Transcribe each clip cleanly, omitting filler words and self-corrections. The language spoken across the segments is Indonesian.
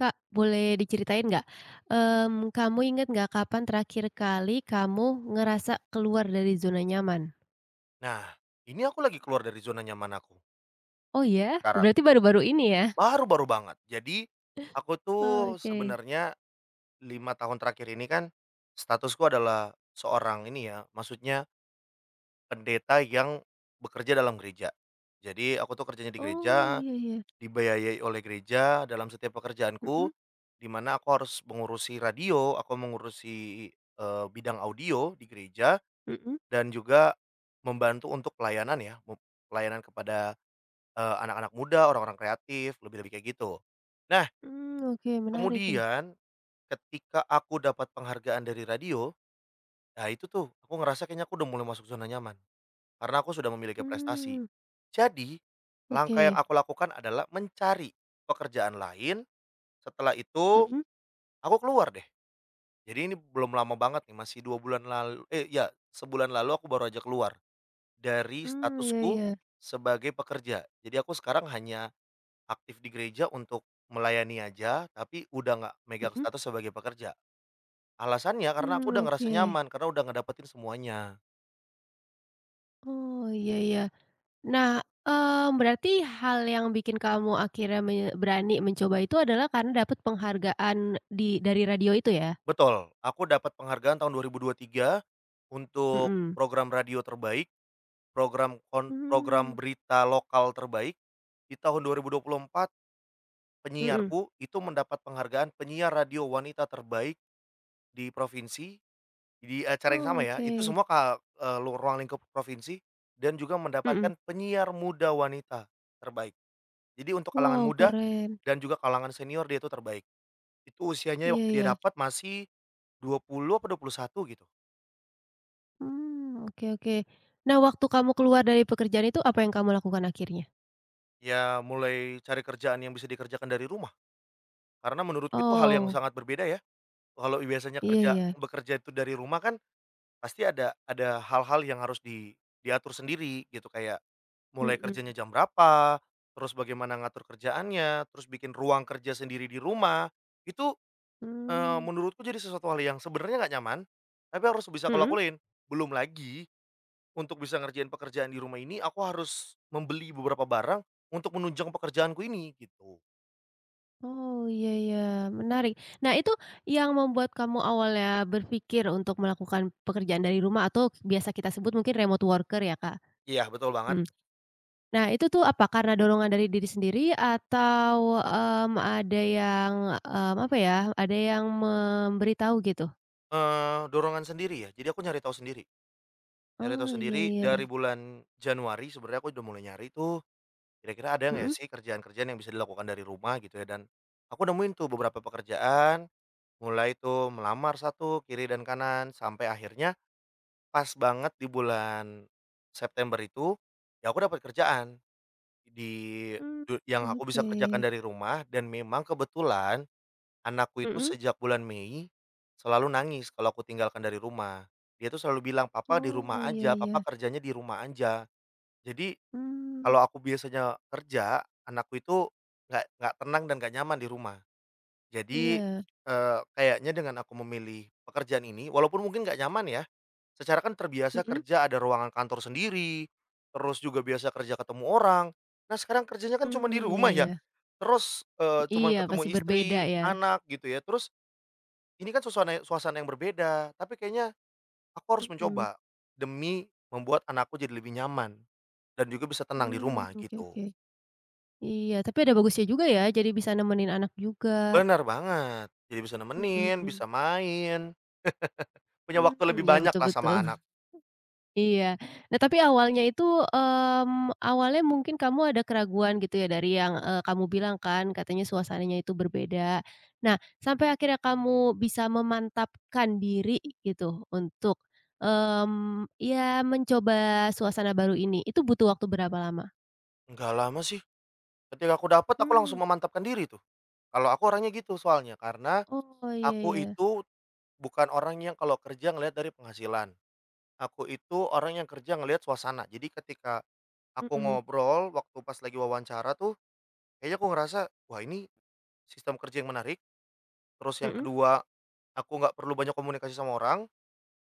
Kak, boleh diceritain nggak, kamu inget nggak kapan terakhir kali kamu ngerasa keluar dari zona nyaman? Nah, ini aku lagi keluar dari zona nyaman aku Oh ya? sekarang, Berarti baru-baru ini ya? baru-baru banget. Jadi, aku tuh Oke. sebenarnya 5 tahun terakhir ini kan statusku adalah seorang ini ya, maksudnya pendeta yang bekerja dalam gereja. Jadi, aku tuh kerjanya di Oh, gereja, iya iya. dibiayai oleh gereja dalam setiap pekerjaanku, Mhm di mana aku harus mengurusi radio, aku mengurusi, bidang audio di gereja mhm. dan juga membantu untuk pelayanan ya, pelayanan kepada anak-anak muda, orang-orang kreatif, lebih-lebih kayak gitu. Nah, Mmm, oke, menarik ya. kemudian ketika aku dapat penghargaan dari radio, nah itu tuh aku ngerasa kayaknya aku udah mulai masuk zona nyaman, karena aku sudah memiliki prestasi. Mmm, Jadi, langkah yang oke. aku lakukan adalah mencari pekerjaan lain, setelah itu Mhm. aku keluar deh. Jadi ini belum lama banget nih, masih 2 bulan lalu eh, ya 1 bulan lalu aku baru aja keluar dari Mmm, iya statusku iya. sebagai pekerja. Jadi aku sekarang hanya aktif di gereja untuk melayani aja, tapi udah nggak megang Mhm. status sebagai pekerja. Alasannya karena aku Mmm, udah ngerasa oke. nyaman, karena udah ngedapetin semuanya. Oh, iya iya. Nah, berarti hal yang bikin kamu akhirnya berani mencoba itu adalah karena dapat penghargaan dari radio itu ya? Betul, aku dapat penghargaan tahun 2023 untuk Mhm. program radio terbaik, program Mmm, berita lokal terbaik. Di tahun 2024 mhm. penyiarku itu mendapat penghargaan penyiar radio wanita terbaik di provinsi. Di acara yang sama ya, Oke, itu semua ka eee, lu ruang lingkup provinsi dan juga mhm. mendapatkan penyiar muda wanita terbaik. Jadi untuk kalangan Wow, muda keren. dan juga kalangan senior dia itu terbaik. Itu usianya Iya waktu dia iya. dapat masih 20 apa 21 gitu. Mmm, oke oke. Nah, waktu kamu keluar dari pekerjaan itu apa yang kamu lakukan akhirnya? Ya mulai cari kerjaan yang bisa dikerjakan dari rumah, karena menurutku itu hal yang Oh, sangat berbeda ya. Kalau biasanya iya kerja iya. bekerja itu dari rumah kan pasti ada hal-hal yang harus diatur sendiri gitu kayak mulai kerjanya Mhm. jam berapa, terus bagaimana ngatur kerjaannya, terus bikin ruang kerja sendiri di rumah, itu, Mmm, menurutku jadi sesuatu hal yang sebenarnya nggak nyaman, tapi harus bisa aku mhm? lakuin. Belum lagi, untuk bisa ngerjain pekerjaan di rumah ini aku harus membeli beberapa barang untuk menunjang pekerjaanku ini, gitu. Oh, iya iya, menarik. Nah, itu yang membuat kamu awalnya berpikir untuk melakukan pekerjaan dari rumah atau biasa kita sebut mungkin remote worker ya, Kak? Iya, betul banget, Mmm. Nah, itu tuh apa karena dorongan dari diri sendiri atau, ada yang, apa ya, ada yang memberitahu gitu? Dorongan sendiri ya, jadi aku nyari tahu sendiri nyari tahu Oh, iya sendiri iya. dari bulan Januari sebenarnya aku udah mulai nyari tuh kira-kira ada nggak Mhm. sih kerjaan-kerjaan yang bisa dilakukan dari rumah gitu ya dan aku nemuin tuh beberapa pekerjaan, mulai tuh melamar satu kiri dan kanan sampai akhirnya pas banget di bulan September itu, ya aku dapat kerjaan di Mmm, yang aku bisa oke. kerjakan dari rumah dan memang kebetulan anakku itu Mhm. sejak bulan Mei selalu nangis kalau aku tinggalkan dari rumah. Dia tuh selalu bilang, "Papa di Oh, rumah iya aja, papa iya. kerjanya di rumah aja." Jadi Mmm, kalau aku biasanya kerja, anakku itu nggak tenang dan nggak nyaman di rumah. Jadi, iya. Kayaknya dengan aku memilih pekerjaan ini, walaupun mungkin nggak nyaman ya, secara kan terbiasa Mhm. kerja ada ruangan kantor sendiri, terus juga biasa kerja ketemu orang. Nah, sekarang kerjanya kan cuma di Mmm, rumah iya ya, iya. terus, cuman Iya, ketemu pasti istri, berbeda ya. anak gitu ya. Terus ini kan suasana suasana yang berbeda, tapi kayaknya aku harus Mhm. mencoba demi membuat anakku jadi lebih nyaman dan juga bisa tenang di Mmm, rumah oke gitu. oke. Iya, tapi ada bagusnya juga ya, jadi bisa nemenin anak juga. Bener banget, jadi bisa Mhm nemenin, bisa mhm. main, punya waktu lebih Mmm, iya banyak betul lah sama betul. anak. Iya. Nah, tapi awalnya itu, awalnya mungkin kamu ada keraguan gitu ya, dari yang, kamu bilang kan katanya suasananya itu berbeda. Nah, sampai akhirnya kamu bisa memantapkan diri gitu untuk, ya mencoba suasana baru ini, itu butuh waktu berapa lama? Nggak lama sih, ketika aku dapet aku Mmm. langsung memantapkan diri tuh, kalau aku orangnya gitu soalnya, karena Oh, iya aku iya. itu bukan orang yang kalau kerja ngelihat dari penghasilan, aku itu orang yang kerja ngelihat suasana. Jadi ketika aku Mhm. ngobrol waktu pas lagi wawancara tuh, kayaknya aku ngerasa, "Wah ini sistem kerja yang menarik," terus yang Mhm? kedua, aku nggak perlu banyak komunikasi sama orang,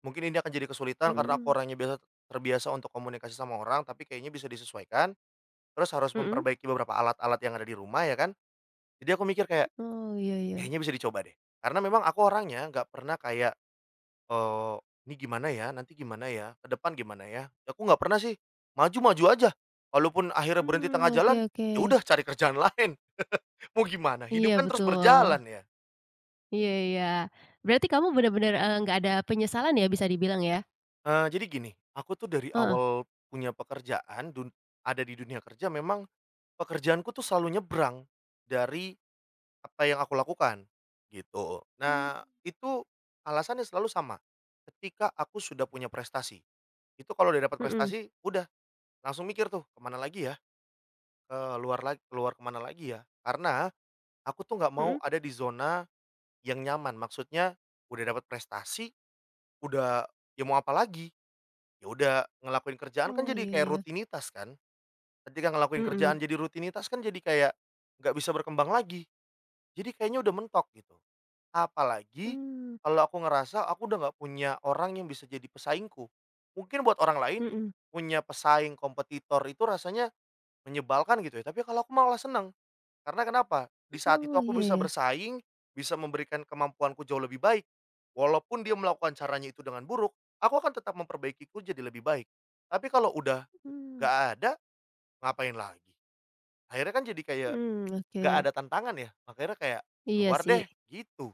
mungkin ini akan jadi kesulitan karena aku Mhm. orangnya terbiasa untuk komunikasi sama orang, tapi kayaknya bisa disesuaikan. Terus harus Mhm? memperbaiki beberapa alat-alat yang ada di rumah ya kan. Jadi aku mikir kayak, Oh, iya iya. kayaknya bisa dicoba deh. Karena memang aku orangnya nggak pernah kayak, eee, ini gimana ya, nanti gimana ya, ke depan gimana ya. Aku nggak pernah sih, maju-maju aja. Walaupun akhirnya berhenti Mmm, tengah oke jalan, oke. ya udah cari kerjaan lain, mau gimana, hidup Iya, kan terus betul. berjalan ya. Iya iya. Berarti kamu bener-bener, nggak ada penyesalan ya, bisa dibilang ya? Jadi gini, aku tuh dari Heeh. awal punya pekerjaan, ada di dunia kerja memang pekerjaanku tuh selalu nyebrang dari apa yang aku lakukan, gitu. Mmm. Nah, itu alasannya selalu sama, ketika aku sudah punya prestasi. Itu kalau udah dapat Mhm, prestasi, udah langsung mikir tuh, "Kemana lagi ya? Keluar lagi, keluar kemana lagi ya?" Karena aku tuh nggak mau mhm. ada di zona yang nyaman. Maksudnya udah dapat prestasi, udah ya mau apa lagi? Ya udah ngelakuin kerjaan kan Oh, jadi iya kayak ya. rutinitas kan. Ketika ngelakuin Mhm. kerjaan jadi rutinitas kan jadi kayak nggak bisa berkembang lagi. Jadi kayaknya udah mentok gitu. Apalagi Mmm. kalau aku ngerasa aku udah nggak punya orang yang bisa jadi pesaingku. Mungkin buat orang lain Mhm. punya pesaing, kompetitor itu rasanya menyebalkan gitu ya. Tapi kalau aku malah seneng. Karena kenapa? Di saat itu Oh, aku iya bisa ya. bersaing, bisa memberikan kemampuanku jauh lebih baik. Walaupun dia melakukan caranya itu dengan buruk, aku akan tetap memperbaikiku jadi lebih baik. Tapi kalau udah Mmm. nggak ada, ngapain lagi? Akhirnya kan jadi kayak Mmm, oke. nggak ada tantangan ya. Makanya kayak Iya keluar deh sih. gitu.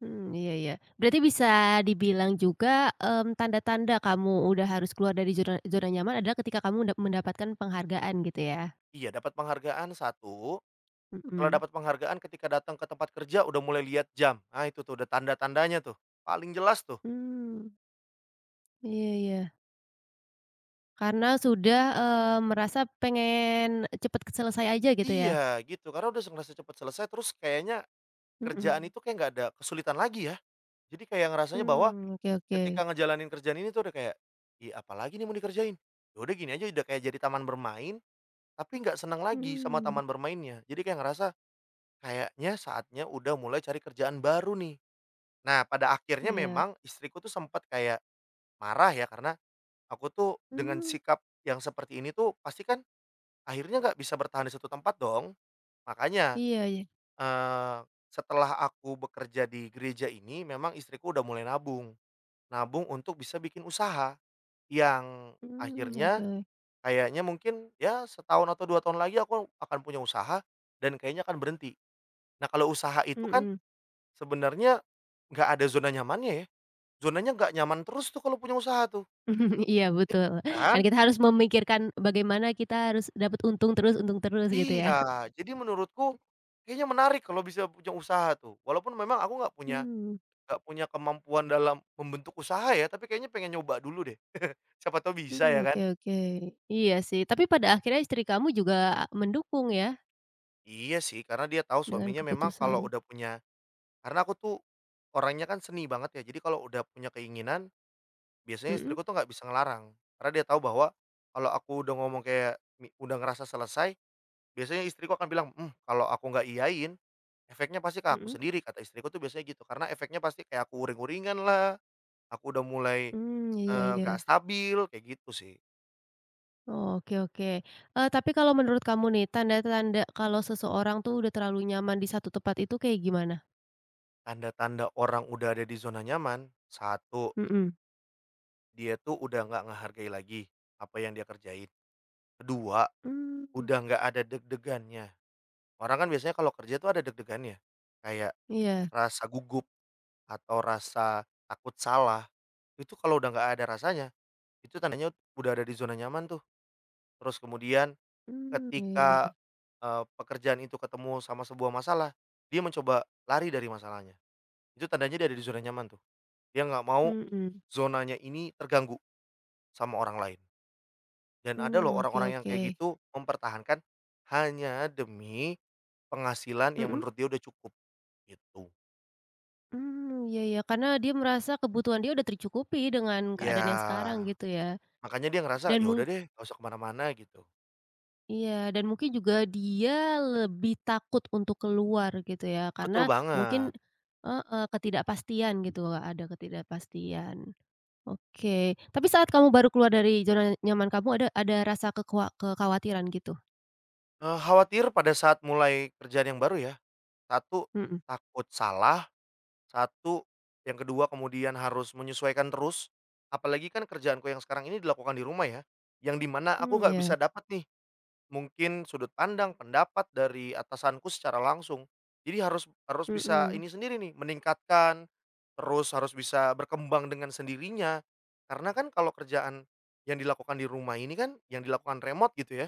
Mmm, iya iya. Berarti bisa dibilang juga, tanda-tanda kamu udah harus keluar dari zona zona nyaman adalah ketika kamu mendapatkan penghargaan gitu ya? Iya, dapat penghargaan satu. Setelah Mhm. dapat penghargaan ketika datang ke tempat kerja udah mulai lihat jam, nah itu tuh udah tanda-tandanya tuh, paling jelas tuh. Mmm, iya iya. Karena sudah, merasa pengen cepet selesai aja gitu ya? Iya, gitu, karena udah ngerasa cepet selesai terus kayaknya kerjaan Mhm. itu kayak nggak ada kesulitan lagi ya. Jadi kayak ngerasanya bahwa Mmm, oke oke. ketika ngejalanin kerjaan ini tuh udah kayak, iya apalagi nih mau dikerjain?" Ya udah gini aja udah kayak jadi taman bermain, tapi nggak senang lagi sama Mmm, taman bermainnya. Jadi kayak ngerasa, kayaknya saatnya udah mulai cari kerjaan baru nih. Nah pada akhirnya iya. memang istriku tuh sempat kayak marah ya karena aku tuh dengan Mmm, sikap yang seperti ini tuh pasti kan akhirnya nggak bisa bertahan di satu tempat dong. Makanya, iya iya. eee, setelah aku bekerja di gereja ini memang istriku udah mulai nabung. Nabung untuk bisa bikin usaha yang Mmm, akhirnya oke. kayaknya mungkin ya 1 tahun atau 2 tahun lagi aku akan punya usaha dan kayaknya akan berhenti. Nah kalau usaha itu kan Mhm. sebenarnya nggak ada zona nyamannya ya, zonanya nggak nyaman terus tuh kalau punya usaha tuh, Iya betul, kan kan? kita harus memikirkan bagaimana kita harus dapat untung terus gitu Iya, ya. jadi menurutku kayaknya menarik kalau bisa punya usaha tuh. Walaupun memang aku Mmm. nggak punya kemampuan dalam membentuk usaha ya, tapi kayaknya pengen nyoba dulu deh. Siapa tahu bisa Mmm, ya oke kan? oke. Iya sih, tapi pada akhirnya istri kamu juga mendukung ya Iya sih, karena dia tahu dengan suaminya memang kalau keputusan? udah punya karena aku tuh orangnya kan seni banget ya. Jadi kalau udah punya keinginan, biasanya Mhm istriku tuh nggak bisa ngelarang. Karena dia tahu bahwa kalau aku udah ngomong kayak udah ngerasa selesai, biasanya istriku akan bilang, "Mmm, kalau aku nggak iyain, efeknya pasti ke aku mhm. sendiri," kata istriku tuh biasanya gitu. Karena efeknya pasti kayak aku uring-uringan lah, aku udah mulai, Mmm, iya iya. nggak stabil, kayak gitu sih. Oke oke. Tapi kalau menurut kamu nih, tanda-tanda kalau seseorang tuh udah terlalu nyaman di satu tempat itu kayak gimana? Tanda-tanda orang udah ada di zona nyaman, satu, Mhm. dia tuh udah nggak ngehargai lagi apa yang dia kerjain. Kedua, Mmm, udah nggak ada deg-degannya. Orang kan biasanya kalau kerja tuh ada deg-degannya, kayak iya. rasa gugup atau rasa takut salah, itu kalau udah nggak ada rasanya, itu tandanya udah ada di zona nyaman tuh. Terus kemudian Mmm, iya iya. ketika, pekerjaan itu ketemu sama sebuah masalah, dia mencoba lari dari masalahnya. Itu tandanya dia ada di zona nyaman tuh. Dia nggak mau Mhm. zonanya ini terganggu sama orang lain. Dan ada Mmm, loh oke orang-orang yang oke. kayak gitu mempertahankan hanya demi penghasilan yang Mhm. menurut dia udah cukup, gitu. Mmm, iya iya, karena dia merasa kebutuhan dia udah tercukupi dengan keadaan yang sekarang Ya gitu ya. makanya dia ngerasa, Dan "Ya mung udah deh, nggak usah kemana-mana," gitu. Iya, dan mungkin juga dia lebih takut untuk keluar gitu ya, Betul karena mungkin, banget. heeh, ketidakpastian gitu, ada ketidakpastian. Oke, tapi saat kamu baru keluar dari zona nyaman kamu ada rasa kekhawatiran gitu? Khawatir pada saat mulai kerjaan yang baru ya, satu Mhm. takut salah Satu, yang kedua kemudian harus menyesuaikan terus, apalagi kan kerjaanku yang sekarang ini dilakukan di rumah ya, yang dimana aku Mmm, nggak bisa iya. dapat nih mungkin sudut pandang, pendapat dari atasanku secara langsung. Jadi harus harus bisa Mhm. ini sendiri nih, meningkatkan, terus harus bisa berkembang dengan sendirinya. Karena kan kalau kerjaan yang dilakukan di rumah ini kan yang dilakukan remote gitu ya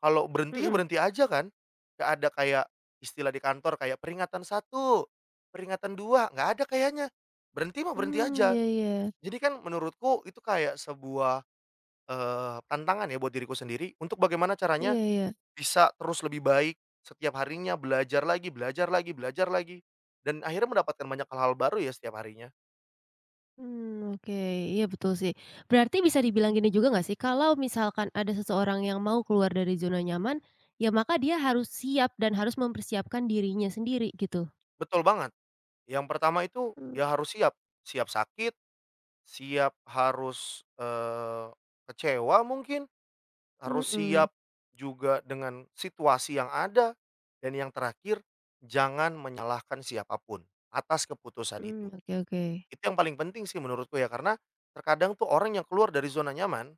kalau berhenti ya Mhm. berhenti aja kan, nggak ada kayak istilah di kantor kayak peringatan satu, peringatan 2, nggak ada kayaknya. Berhenti mah berhenti Mmm, aja. iya iya. Jadi kan menurutku itu kayak sebuah, tantangan ya buat diriku sendiri untuk bagaimana caranya Iya iya. bisa terus lebih baik setiap harinya, belajar lagi belajar lagi belajar lagi, dan akhirnya mendapatkan banyak hal-hal baru ya setiap harinya. Mmm, oke. Iya betul sih. Berarti bisa dibilang gini juga nggak sih, kalau misalkan ada seseorang yang mau keluar dari zona nyaman, ya maka dia harus siap dan harus mempersiapkan dirinya sendiri gitu? Betul banget, yang pertama itu Mmm, ya harus siap, siap sakit, siap harus, kecewa mungkin, harus mhm. siap juga dengan situasi yang ada, dan yang terakhir, jangan menyalahkan siapapun atas keputusan Mmm, itu. oke oke. Itu yang paling penting sih menurutku ya, karena terkadang tuh orang yang keluar dari zona nyaman,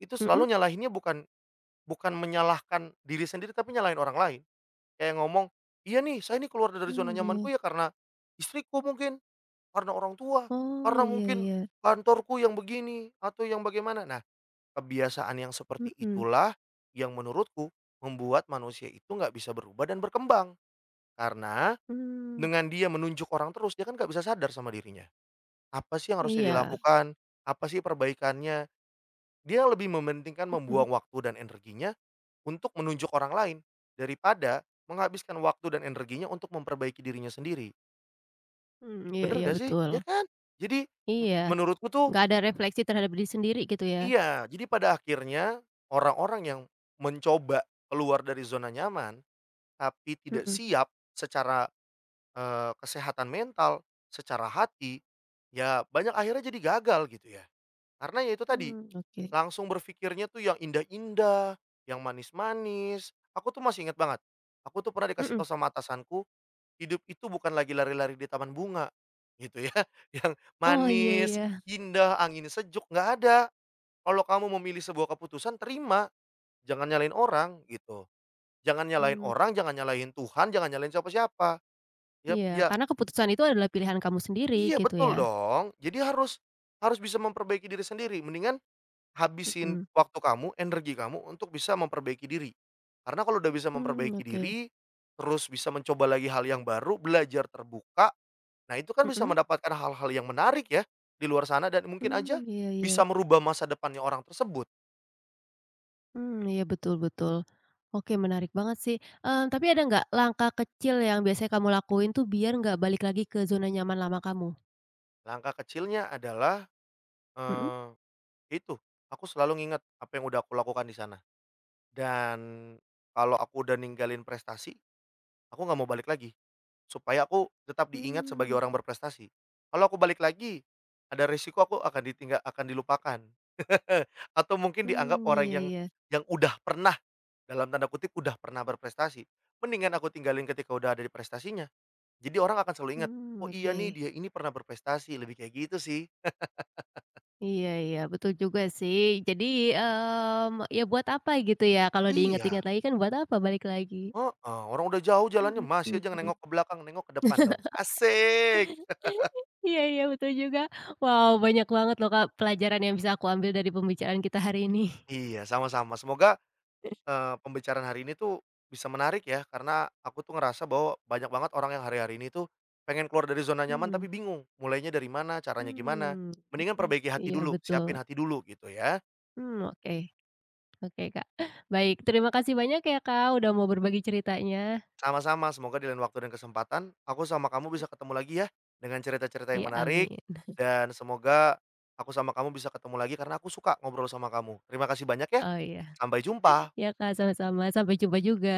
itu Mhm? selalu nyalahinnya bukan bukan menyalahkan diri sendiri, tapi nyalahin orang lain. Kayak ngomong, "Iya nih, saya ini keluar dari zona Mmm, iya. nyamanku ya karena istriku mungkin, karena orang tua, Oh, karena iya mungkin iya. kantorku yang begini atau yang bagaimana." Nah, kebiasaan yang seperti Mhm. itulah yang menurutku membuat manusia itu nggak bisa berubah dan berkembang. Karena Mmm, dengan dia menunjuk orang terus, dia kan nggak bisa sadar sama dirinya. Apa sih yang harusnya iya. dilakukan? Apa sih perbaikannya? Dia lebih mementingkan Mhm. membuang waktu dan energinya untuk menunjuk orang lain daripada menghabiskan waktu dan energinya untuk memperbaiki dirinya sendiri. Mmm, iya Bener iya gak sih? betul. Ya kan? Jadi Iya, menurutku tuh nggak ada refleksi terhadap diri sendiri gitu ya? iya. Jadi pada akhirnya orang-orang yang mencoba keluar dari zona nyaman tapi tidak Mhm. siap secara, kesehatan mental, secara hati, ya banyak akhirnya jadi gagal gitu ya. Karena ya itu tadi, Mmm, oke. langsung berpikirnya tuh yang indah-indah, yang manis-manis. Aku tuh masih ingat banget, aku tuh pernah dikasih Mhm. tahu sama atasanku, hidup itu bukan lagi lari-lari di taman bunga, gitu ya. Yang Oh, iya manis, iya. indah, angin sejuk, nggak ada. Kalau kamu memilih sebuah keputusan terima, jangan nyalain orang gitu. Jangan nyalain Mmm, orang, jangan nyalain Tuhan, jangan nyalain siapa-siapa. Yap, iya, iya karena keputusan itu adalah pilihan kamu sendiri iya gitu betul ya? dong. Jadi harus harus bisa memperbaiki diri sendiri. Mendingan habisin Mhm. waktu kamu, energi kamu untuk bisa memperbaiki diri. Karena kalau udah bisa Mmm, memperbaiki oke. diri, terus bisa mencoba lagi hal yang baru, belajar terbuka, nah itu kan bisa Mhm. mendapatkan hal-hal yang menarik ya di luar sana dan mungkin aja Mmm, iya iya. bisa merubah masa depannya orang tersebut. Mmm, iya betul betul. Oke, menarik banget sih, tapi ada nggak langkah kecil yang biasanya kamu lakuin tuh biar nggak balik lagi ke zona nyaman lama kamu? Langkah kecilnya adalah, Mhm? eee, itu, aku selalu ngingat apa yang udah aku lakukan di sana. Dan kalau aku udah ninggalin prestasi aku nggak mau balik lagi, supaya aku tetap diingat sebagai Mmm. orang berprestasi. Kalau aku balik lagi, ada risiko aku akan ditinggal akan dilupakan, atau mungkin dianggap Mmm, orang iya yang iya. Udah pernah, dalam tanda kutip, "udah pernah berprestasi." Mendingan aku tinggalin ketika udah ada di prestasinya. Jadi orang akan selalu ingat, "Oh Mmm, iya oke. nih, dia ini pernah berprestasi." Lebih kayak gitu sih. Iya iya betul juga sih. Jadi, ya buat apa gitu ya, kalau diingat-ingat Iya, lagi kan buat apa balik lagi? heeh, orang udah jauh jalannya Mhm. masih aja Mmm. nengok ke belakang, nengok ke depan dong. Asik. Iya iya, betul juga. Wow, banyak banget loh, Kak, pelajaran yang bisa aku ambil dari pembicaraan kita hari ini. Iya, sama-sama. Semoga pembicaraan hari ini tuh bisa menarik ya, karena aku tuh ngerasa bahwa banyak banget orang yang hari-hari ini tuh pengen keluar dari zona nyaman Mhm. tapi bingung mulainya dari mana, caranya gimana. Mmm. Mendingan Mhm. perbaiki hati Iya, dulu, betul. siapin hati dulu gitu ya. Mmm, oke oke, Kak. Baik, terima kasih banyak ya, Kak, udah mau berbagi ceritanya. Sama-sama, semoga di lain waktu dan kesempatan aku sama kamu bisa ketemu lagi ya dengan cerita-cerita yang Iya, menarik amin. dan semoga aku sama kamu bisa ketemu lagi karena aku suka ngobrol sama kamu. Terima kasih banyak ya, Oh, iya. sampai jumpa. Iya, Kak, sama-sama. Sampai jumpa juga.